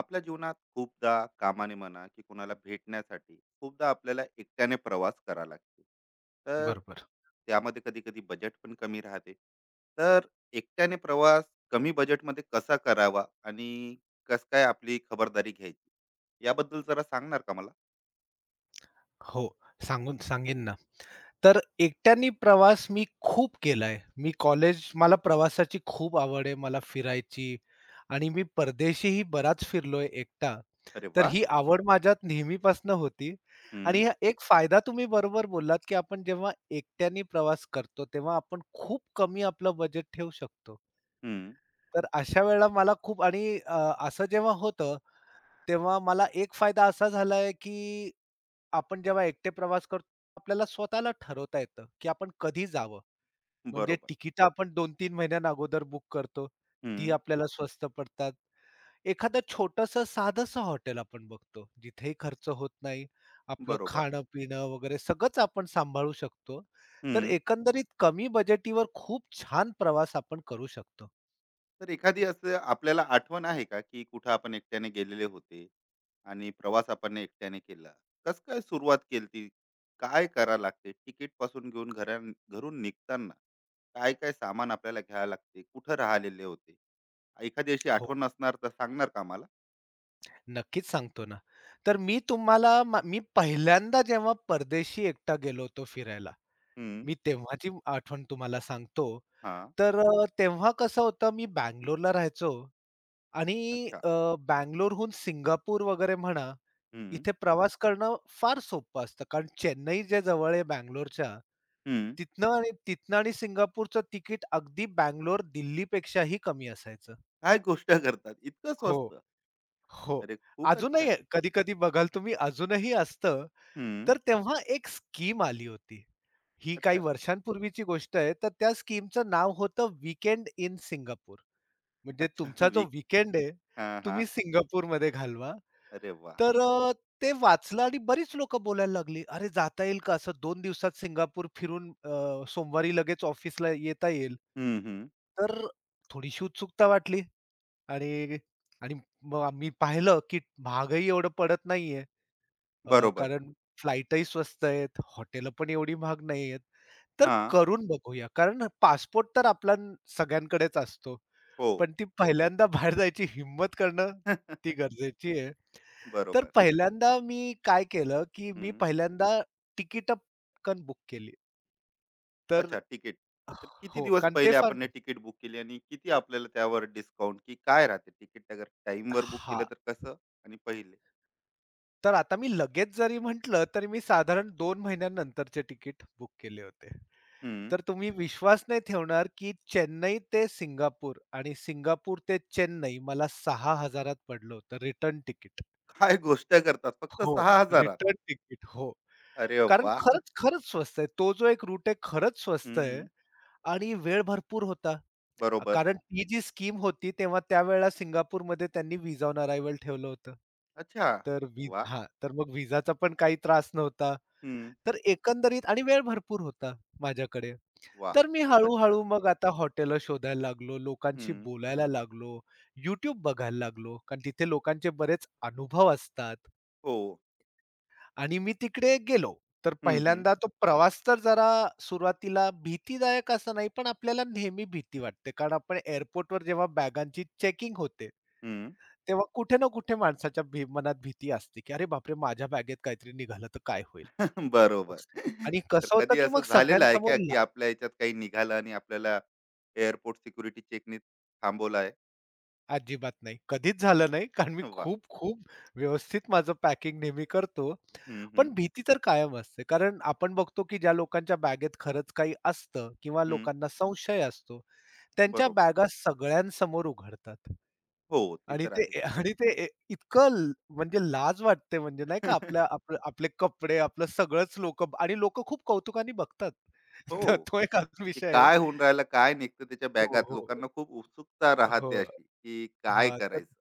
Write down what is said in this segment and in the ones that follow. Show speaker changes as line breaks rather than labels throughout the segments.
आपल्या जीवनात खूपदा कामाने म्हणा की कोणाला भेटण्यासाठी खूपदा आपल्याला एकट्याने प्रवास करा लागते तर
बरोबर.
त्यामध्ये कधी कधी बजेट पण कमी राहते तर एकट्याने प्रवास कमी बजेटमध्ये कसा करावा आणि कस काय आपली खबरदारी घ्यायची याबद्दल जरा सांगणार का मला.
हो, सांगून सांगेन ना. तर एकट्याने प्रवास मी खूप केलाय. मी कॉलेज मला प्रवासाची खूप आवड आहे, मला फिरायची आणि मी परदेशीही बराच फिरलोय एकटा.
अरे
तर
वा.
ही आवड माझ्यात नेहमीपासून होती आणि
हम्म.
हा एक फायदा तुम्ही बरोबर बोललात, की आपण जेव्हा एकट्याने प्रवास करतो, तेव्हा आपण खूप कमी आपलं बजेट ठेवू शकतो.
हम्म.
तर अशा वेळेला मला खूप आणि असं जेव्हा होतं, तेव्हा मला एक फायदा असा झालाय, की आपण जेव्हा एकटे प्रवास करतो, आपल्याला स्वतःला ठरवता येतं, की आपण कधी जावं. म्हणजे
बरोबर.
तिकिटं आपण 2-3 महिन्यां अगोदर बुक करतो. ती
हम्म.
आपल्याला स्वस्त पडतात. एखादं छोटंसं साधंसं हॉटेल आपण बघतो, जिथेही खर्च होत नाही. आपलं
बरोबर.
खाणं-पिणं वगैरे सगळंच आपण सांभाळू शकतो. तर एकंदरीत कमी बजेटीवर खूप छान प्रवास आपण करू शकतो.
तर एखादी असं आपल्याला आठवण आहे का, की कुठं आपण एकट्याने गेलेले होते आणि प्रवास आपण एकट्याने केला. कसं काय सुरुवात केलती? काय करावं लागते? तिकीटपासून घेऊन घरून निघताना काय-काय सामान आपल्याला घ्यावं लागते? कुठं राहिलेले होते? एखादी अशी
हो,
आठवण असणार तर सांगणार का आम्हाला?
नक्कीच सांगतो ना. तर मी तुम्हाला मी पहिल्यांदा जेव्हा परदेशी एकटा गेलो होतो फिरायला,
हं.
मी तेव्हाची आठवण तुम्हाला सांगतो.
हां.
तर तेव्हा कसं होतं मी बंगलोरला राहायचो आणि
अच्छा.
बंगलोरहून सिंगापूर वगैरे म्हणा,
हं,
इथे प्रवास करणं फार सोपं असतं. कारण चेन्नई जे जवळ आहे बंगलोरच्या,
हं.
तिथनं आणि सिंगापूरचं तिकीट अगदी बंगलोर, दिल्लीपेक्षाही कमी असायचं.
काय गोष्ट करतात? इतकं
हो,
स्वस्त?
हो.
अरे खूपच
अजूनही
छान.
कधी-कधी बघाल तुम्ही अजूनही असतं.
हं.
तर तेव्हा एक स्कीम आली होती. ही काही
अच्छा.
वर्षांपूर्वीची गोष्ट आहे. तर त्या स्कीमचं नाव होतं वीकेंड इन सिंगापूर. म्हणजे
अच्छा.
तुमचा जो
वीक.
वीकेंड आहे,
हां, हां.
तुम्ही सिंगापूरमध्ये घालवा.
अरे वाह!
तर ते वाचलं आणि बरीच लोकं बोलायला लागली, "अरे जाता येईल का असं 2 दिवसात सिंगापूर फिरून सोमवारी लगेच ऑफिसला येता येईल?"
हं, हं.
तर थोडीशी उत्सुकता वाटली आणि आणि मग आम्ही पाहिलं की महागही एवढं पडत नाहीये.
बरोबर.
कारण फ्लाइटही स्वस्त आहेत, हॉटेल पण एवढी महाग नाही आहेत. तर
हां.
करून बघूया. कारण पासपोर्ट तर आपला सगळ्यांकडेच असतो.
हो.
पण ती पहिल्यांदा बाहेर जायची हिम्मत करणं ती गरजेची आहे. तर
बरोबर.
पहिल्यांदा मी काय केलं, की मी
हं.
पहिल्यांदा तिकीटं पटकन बुक केली. तर
अच्छा तिकीट. तर किती
हो,
दिवस
कारण ते
पहिले
फार
आपण हे तिकीट बुक केली आणि किती आपल्याला त्यावर डिस्काउंट की काय राहते तिकीट अगर time वर बुक केलं
हां.
तर कसं आणि पहिले?
तर आता मी लगेच जरी म्हटलं, तरी मी साधारण 2 महिन्यानंतरचे तिकीट बुक केले होते.
हं.
तर तुम्ही विश्वास नाही ठेवणार, की चेन्नई ते सिंगापूर आणि सिंगापूर ते चेन्नई मला 6,000त पडलं होतं रिटर्न तिकीट.
काय गोष्ट करतात फक्त
हो.
6,000 त?
रिटर्न तिकीट हो.
अरे
कारण
वाह!
खरंच, खरंच स्वस्त आहे. तो जो एक रूट आहे खरंच स्वस्त
हं,
आहे
हं.
आणि वेळ भरपूर होता.
बरोबर.
कारण ती जी स्कीम होती तेव्हा त्यावेळेला सिंगापूरमध्ये त्यांनी व्हिसा ऑन अरायव्हल ठेवलं होतं.
अच्छा.
तर
वाह!
हां, तर मग व्हिसाचा पण काही त्रास नव्हता.
हं.
तर एकंदरीत आणि वेळ भरपूर होता माझ्याकडे.
वाह!
तर मी
खूपच छान.
हळू-हळू मग आता हॉटेलं शोधायला लागलो, लोकांशी
हं.
बोलायला लागलो, YouTube बघायला लागलो, कारण तिथे लोकांचे बरेच अनुभव असतात.
हो.
आणि मी तिकडे गेलो. तर
हं, हं.
पहिल्यांदा तो प्रवास तर जरा सुरुवातीला भीतीदायक असं नाही, पण आपल्याला नेहमी भीती वाटते. कारण आपण एअरपोर्टवर जेव्हा बॅगांची चेकिंग होते,
हं.
तेव्हा कुठे ना कुठे माणसाच्या मनात भीती असते, की "अरे बापरे! माझ्या बॅगेत काहीतरी निघालं तर काय होईल?"
बरोबर.
मस्त. आणि
तर
कसं होतं,
कधी
की
असं
मग
झालेलं आहे
सगळ्यांसमोर
का, की
ला
आपल्या ह्याच्यात काही निघालं आणि आपल्याला एअरपोर्ट सिक्युरिटी चेकनी थांबवलं आहे?
अजिबात नाही. कधीच झालं नाही. कारण मी
वाह!
खूप, खूप व्यवस्थित माझं पॅकिंग नेहमी करतो.
हं, हं.
पण भीती तर कायम असते. कारण आपण बघतो, की ज्या लोकांच्या बॅगेत खरंच काही असतं किंवा
हं.
लोकांना संशय असतो, त्यांच्या
बरोबर.
बॅगा सगळ्यांसमोर उघडतात.
हो, ते तर आहे.
आणि ते ए इतकं ल म्हणजे लाज वाटते म्हणजे नाही का आपल्या आपले कपडे, आपलं सगळंच लोकं खूप कौतुकाने बघतात.
हो,
तर तो एक अजून
की
विषय आहे.
काय होऊन राहिलं, काय निघतं त्याच्या
हो,
बॅगात?
हो.
लोकांना खूप उत्सुकता
हो.
राहते अशी, की काय
हां. तर
करायचं?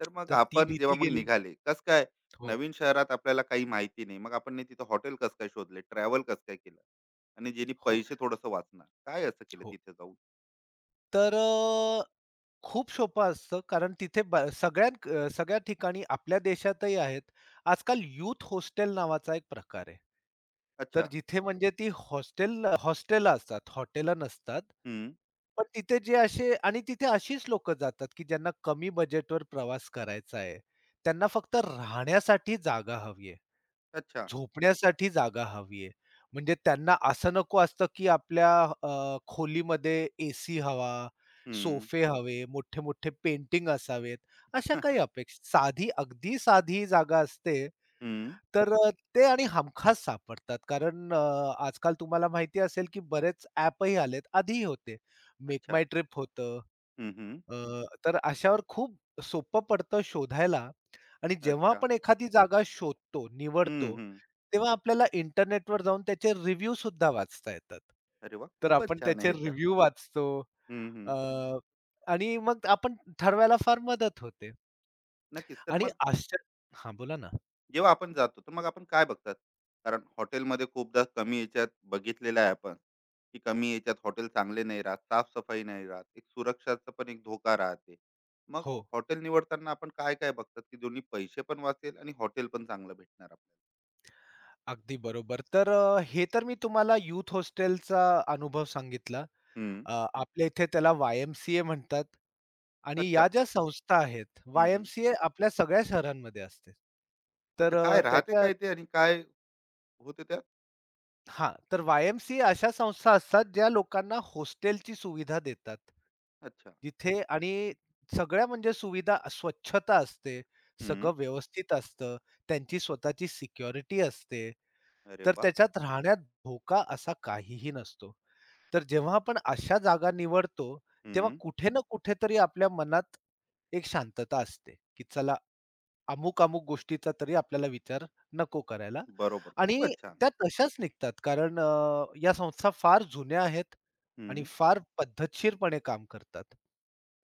तर मग
तर ती
आपण जेव्हा
भीती
मग
गेली.
निघाले, कसं काय?
हो,
नवीन शहरात आपल्याला काही माहिती नाही. मग आपण नाही तिथं हॉटेल कसं काय शोधले? ट्रॅव्हल कसं काय केलं? आणि जेणे
हो,
पैसे थोडंसं वाचणार. काय असं केलं
हो.
तिथे जाऊन?
तर खूप सोपं असतं कारण तिथे सगळ्यात सगळ्या ठिकाणी आपल्या देशातही आहेत. आजकाल यूथ हॉस्टेल नावाचा एक प्रकार आहे. तर
अच्छा.
जिथे म्हणजे ती हॉस्टेल हॉस्टेल असतात, हॉटेलं नसतात.
हं.
पण तिथे जे असे आणि तिथे अशीच लोकं जातात, की ज्यांना कमी बजेटवर प्रवास करायचा आहे. त्यांना फक्त राहण्यासाठी जागा हवी आहे.
अच्छा.
झोपण्यासाठी जागा हवी आहे. म्हणजे त्यांना असं नको असतं, की आपल्या खोलीमध्ये एसी हवा,
हं.
सोफे हवे, मोठे-मोठे पेंटिंग असावेत, अशा काही अपेक्षा साधी, अगदी साधी जागा असते,
हं.
तर ते आणि हमखास सापडतात. कारण आजकाल तुम्हाला माहिती असेल, की बरेच ॲपही आलेत. आधीही होते. मेक
अच्छा.
माय ट्रिप होतं.
हं, हं.
अ, तर अशावर खूप सोपं पडतं शोधायला आणि जेव्हा
अच्छा.
आपण एखादी जागा शोधतो,
हं,
निवडतो,
हं.
तेव्हा आपल्याला इंटरनेटवर जाऊन त्याचे रिव्ह्यू सुद्धा वाचता येतात.
अरे वाह!
तर
खूपच
आपण
छान आहे
त्याचे
हे तर.
रिव्ह्यू वाचतो
हं, हं.
अ, आणि मग आपण ठरवायला फार मदत होते.
नक्कीच. तर
आणि
मग
आश्चर्य हां, बोला ना.
जेव्हा आपण जातो, तर मग आपण काय बघतात? कारण हॉटेलमध्ये खूपदा कमी ह्याच्यात बघितलेलं आहे आपण, की कमी ह्याच्यात हॉटेल चांगले नाही राहत, साफ-सफाई नाही राहत, एक सुरक्षाचा पण एक धोका राहते. मग
हो,
हॉटेल निवडताना आपण काय-काय बघतात, की दोन्ही पैसे पण वाचेल आणि हॉटेल पण चांगलं भेटणार आपल्याला?
अगदी बरोबर. तर हे तर मी तुम्हाला यूथ हॉस्टेलचा अनुभव सांगितला.
हं.
आपल्या इथे त्याला वाय-एम-सी-ए म्हणतात आणि या
अच्छा.
ज्या संस्था आहेत,
हं, हं.
वाय-एम-सी-ए आपल्या सगळ्या शहरांमध्ये असते.
अच्छा.
तर
काय राहते
त्याच्या
काय ते आणि काय होते त्यात?
हां, तर वाय-एम-सी-ए अशा संस्था असतात, ज्या लोकांना हॉस्टेलची सुविधा देतात.
अच्छा.
तिथे आणि सगळ्या म्हणजे सुविधा स्वच्छता असते,
हं.
सगळं व्यवस्थित असतं, त्यांची स्वतःची सिक्युरिटी असते.
अरे
तर
वा.
त्याच्यात राहण्यात धोका असा काहीही नसतो. तर जेव्हा आपण अशा जागा निवडतो, तेव्हा
हं.
कुठे ना कुठेतरी आपल्या मनात एक शांतता असते, की चला अमुक-अमुक गोष्टीचा तरी आपल्याला विचार नको करायला
बरोबर. खूपच
आणि
छान.
त्या तशाच निघतात. कारण या संस्था फार जुन्या आहेत आणि
हं.
फार पद्धतशीरपणे काम करतात.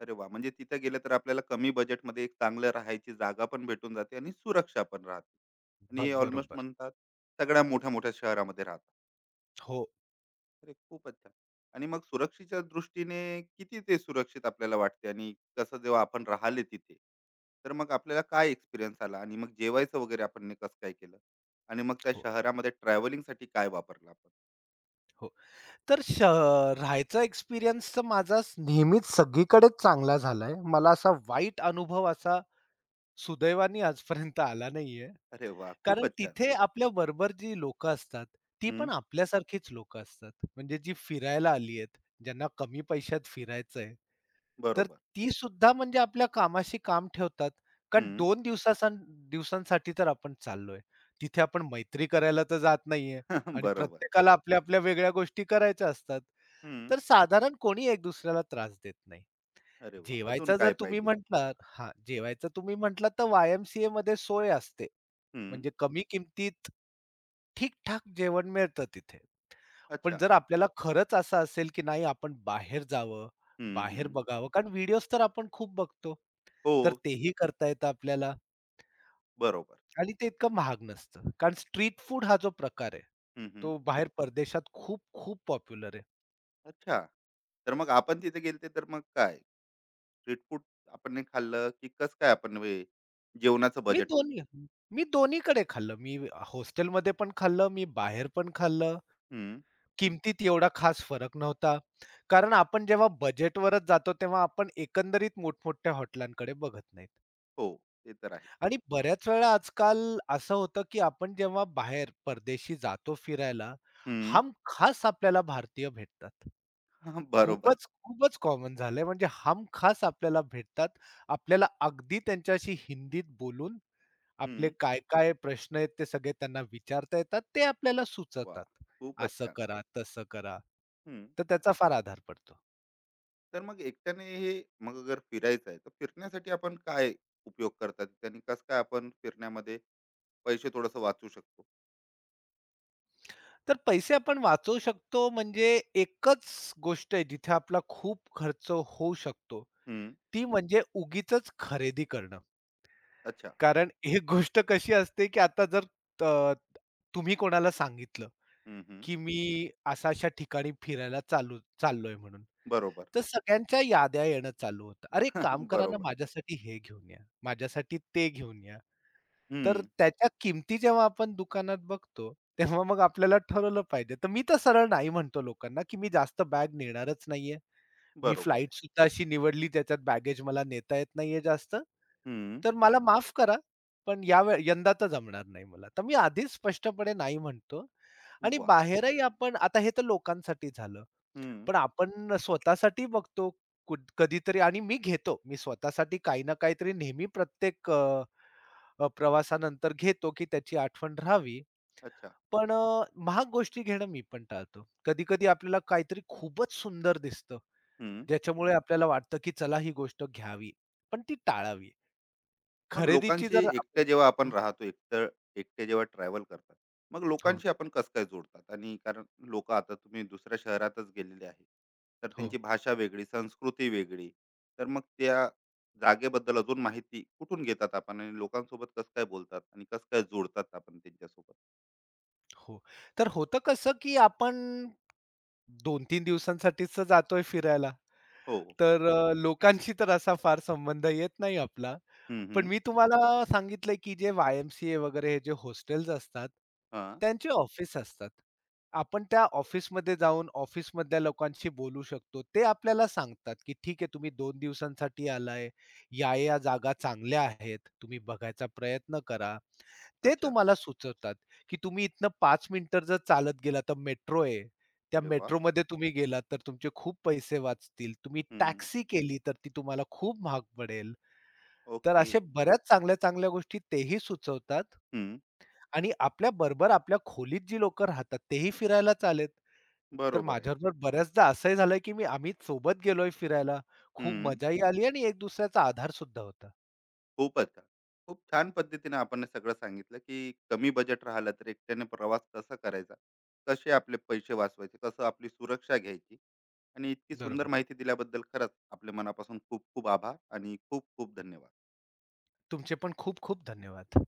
अरे वा, म्हणजे तिथे गेले तर आपल्याला कमी बजेटमध्ये एक चांगलं राहायची जागा पण भेटून जाते आणि सुरक्षा पण राहते. आणि हे ऑलमोस्ट
बरोबर.
म्हणतात सगळ्या मोठ्या-मोठ्या शहरामध्ये राहतात.
हो,
अरे खूपच छान. आणि मग सुरक्षेच्या दृष्टीने किती ते सुरक्षित आपल्याला वाटते आणि कसं जेव्हा आपण राहिले तिथे, तर मग आपल्याला काय एक्सपिरियन्स आला आणि मग जेवायचं वगैरे आपण ने कसं काय केलं? आणि मग त्या
हो,
शहरामध्ये ट्रॅव्हलिंगसाठी काय वापरलं आपण?
हो. तर राहायचा एक्सपिरियन्स तर माझा नेहमीच सगळीकडेच चांगला झालाय. मला असा वाईट अनुभव असा सुदैवाने आजपर्यंत आला नाहीये.
अरे वाह!
कारण
खूपच छान.
तिथे आपल्या बरोबर जी लोकं असतात, ती
हं.
पण आपल्यासारखीच लोकं असतात. म्हणजे जी फिरायला आली आहेत, ज्यांना कमी पैशात फिरायचंय, तर
बरोबर.
ती सुद्धा म्हणजे आपल्या कामाशी काम ठेवतात. कारण
हं.
2 दिवसासान दिवसांसाठी तर आपण चाललोय. तिथे आपण मैत्री करायला तर जात नाहीये आणि
बरोबर.
प्रत्येकाला आपल्या-आपल्या वेगळ्या गोष्टी करायच्या असतात.
हं.
तर साधारण कोणी एक दुसऱ्याला त्रास देत नाही.
अरे वाह! अजून
जेवायचं जर
काय
तुम्ही
पाहिजे?
म्हटलात हां, जेवायचं तुम्ही म्हटलात तर वाय-एम-सी-एमध्ये सोय असते.
हं.
म्हणजे कमी किमतीत ठीक-ठाक जेवण मिळतं तिथे. पण
अच्छा.
जर आपल्याला खरंच असं असेल, की नाही आपण बाहेर जावं,
हं, हं.
बाहेर बघावं कारण व्हिडिओज तर आपण खूप बघतो.
हो,
तर तेही करता येतं आपल्याला
बरोबर.
आणि ते इतकं महाग नसतं. कारण स्ट्रीट फूड हा जो प्रकार आहे,
हं, हं.
तो बाहेर परदेशात खूप-खूप पॉप्युलर आहे.
अच्छा. तर मग आपण तिथे गेलते तर मग काय? स्ट्रीट फूड आपण नाही खाल्लं, की कसं काय आपण हे जेवणाचं
मी
बजेट.
दोन्ही मी दोन्हीकडे खाल्लं. मी हॉस्टेलमध्ये पण खाल्लं, मी बाहेर पण खाल्लं.
हं.
किमतीत एवढा खास फरक नव्हता. कारण आपण जेव्हा बजेटवरच जातो, तेव्हा आपण एकंदरीत मोठमोठ्या हॉटेलांकडे बघत नाहीत.
हो, ते तर आहे.
आणि बऱ्याच वेळा आजकाल असं होतं, की आपण जेव्हा बाहेर परदेशी जातो फिरायला,
हं.
हमखास आपल्याला भारतीय भेटतात.
बरोबर.
खूपच, खूपच कॉमन झालंय. म्हणजे हमखास आपल्याला भेटतात. आपल्याला अगदी त्यांच्याशी हिंदीत बोलून आपले
हं.
काय-काय प्रश्न आहेत ते सगळे त्यांना विचारता येतात. ते आपल्याला
वाह!
सुचवतात.
खूपच
असं
छान.
करा, तसं करा.
हं.
तर त्याचा फार आधार पडतो.
तर मग एकट्याने हे मग अगर फिरायचं आहे, तर फिरण्यासाठी आपण काय उपयोग करतात? त्याने कसं काय आपण फिरण्यामध्ये पैसे थोडंसं वाचवू शकतो?
तर पैसे आपण वाचवू शकतो म्हणजे एकच गोष्ट आहे जिथे आपला खूप खर्च होऊ शकतो.
हं.
ती म्हणजे उगीचच खरेदी करणं.
अच्छा.
कारण एक गोष्ट कशी असते, की आता जर अ, तुम्ही कोणाला सांगितलं,
हं, हं.
की मी अशा-अशा ठिकाणी फिरायला चाललोय म्हणून.
बरोबर.
तर सगळ्यांच्या याद्या येणं चालू होतं. "अरे, एक काम करा ना, हं.
बरोबर.
माझ्यासाठी हे घेऊन या, माझ्यासाठी ते घेऊन या." तर
हं.
त्याच्या किमती जेव्हा आपण दुकानात बघतो, तेव्हा मग आपल्याला ठरवलं पाहिजे. तर मी तर सरळ नाही म्हणतो लोकांना, की "मी जास्त बॅग नेणारच नाहीये. मी
बरोबर आहे.
फ्लाइट सुद्धा अशी निवडली, त्याच्यात बॅगेज मला नेता येत नाहीये जास्त.
हं.
तर मला माफ करा, पण यावे यंदा तर जमणार नाही मला." तर मी आधीच स्पष्टपणे नाही म्हणतो आणि
वाह!
बाहेरही आपण आता हे तर लोकांसाठी झालं.
हं.
पण आपण स्वतःसाठी बघतो कधीतरी आणि मी घेतो. मी स्वतःसाठी काही ना काहीतरी नेहमी प्रत्येक अ, अ, प्रवासानंतर घेतो, की त्याची आठवण राहावी.
अच्छा.
पण महाग गोष्टी घेणं मी पण टाळतो. कधी-कधी आपल्याला काहीतरी खूपच सुंदर दिसतं,
हं.
ज्याच्यामुळे आपल्याला वाटतं, की चला ही गोष्ट घ्यावी, पण ती टाळावी.
मग
खरेदीची
लोकांशी
जर आपण
एकटं जेव्हा आपण
हं,
राहतो, एकटं एकटे जेव्हा ट्रॅव्हल करतात, मग
हो,
लोकांशी आपण कसं काय जोडतात? आणि कारण लोकं आता तुम्ही दुसऱ्या शहरातच गेलेले आहे. तर
हो,
त्यांची भाषा वेगळी, संस्कृती वेगळी. तर मग त्या जागेबद्दल अजून माहिती कुठून घेतात आपण? आणि लोकांसोबत कसं काय बोलतात? आणि कसं काय जोडतात आपण त्यांच्यासोबत?
हो. तर होतं कसं, की आपण 2-3 दिवसांसाठीच जातोय फिरायला.
हो.
तर लोकांशी तर असा फार संबंध येत नाही आपला.
हं, हं.
पण मी तुम्हाला सांगितलं की जे वाय-एम-सी-ए वगैरे हे जे हॉस्टेल्स असतात,
हां.
त्यांचे ऑफिस असतात. आपण त्या ऑफिसमध्ये जाऊन ऑफिसमधल्या लोकांशी बोलू शकतो. ते आपल्याला सांगतात की "ठीक आहे, तुम्ही 2 दिवसांसाठी आलाय. या-या जागा चांगल्या आहेत. तुम्ही बघायचा प्रयत्न करा." ते
अच्छा.
तुम्हाला सुचवतात की तुम्ही इथनं 5 मिनिटं जर चालत गेला तर मेट्रो आहे. त्या
अरे वाह!
मेट्रोमध्ये तुम्ही गेलात तर तुमचे खूप पैसे वाचतील. तुम्ही
हं.
टॅक्सी केली तर ती तुम्हाला खूप महाग पडेल. तर
ओके.
अशा बऱ्याच चांगल्या-चांगल्या गोष्टी तेही सुचवतात.
हं.
आणि आपल्याबरोबर आपल्या खोलीत जी लोकं राहतात तेही फिरायला चालेत, तर
बरोबर आहे.
माझ्याबरोबर बऱ्याचदा असंही झालंय, की आम्ही सोबत गेलोय फिरायला. खूप
हं.
मजाही आली आणि एक दुसऱ्याचा आधार सुद्धा होता.
खूपच छान. खूप छान पद्धतीने आपण हे सगळं सांगितलं, की कमी बजेट राहिलं तर एकट्याने प्रवास कसा करायचा? कसे आपले पैसे वाचवायचे? कसं आपली सुरक्षा घ्यायची? आणि इतकी सुंदर
बरोबर.
माहिती दिल्याबद्दल खरंच आपल्या मनापासून खूप खूप आभार आणि खूप खूप धन्यवाद.
तुमचे पण खूप खूप धन्यवाद.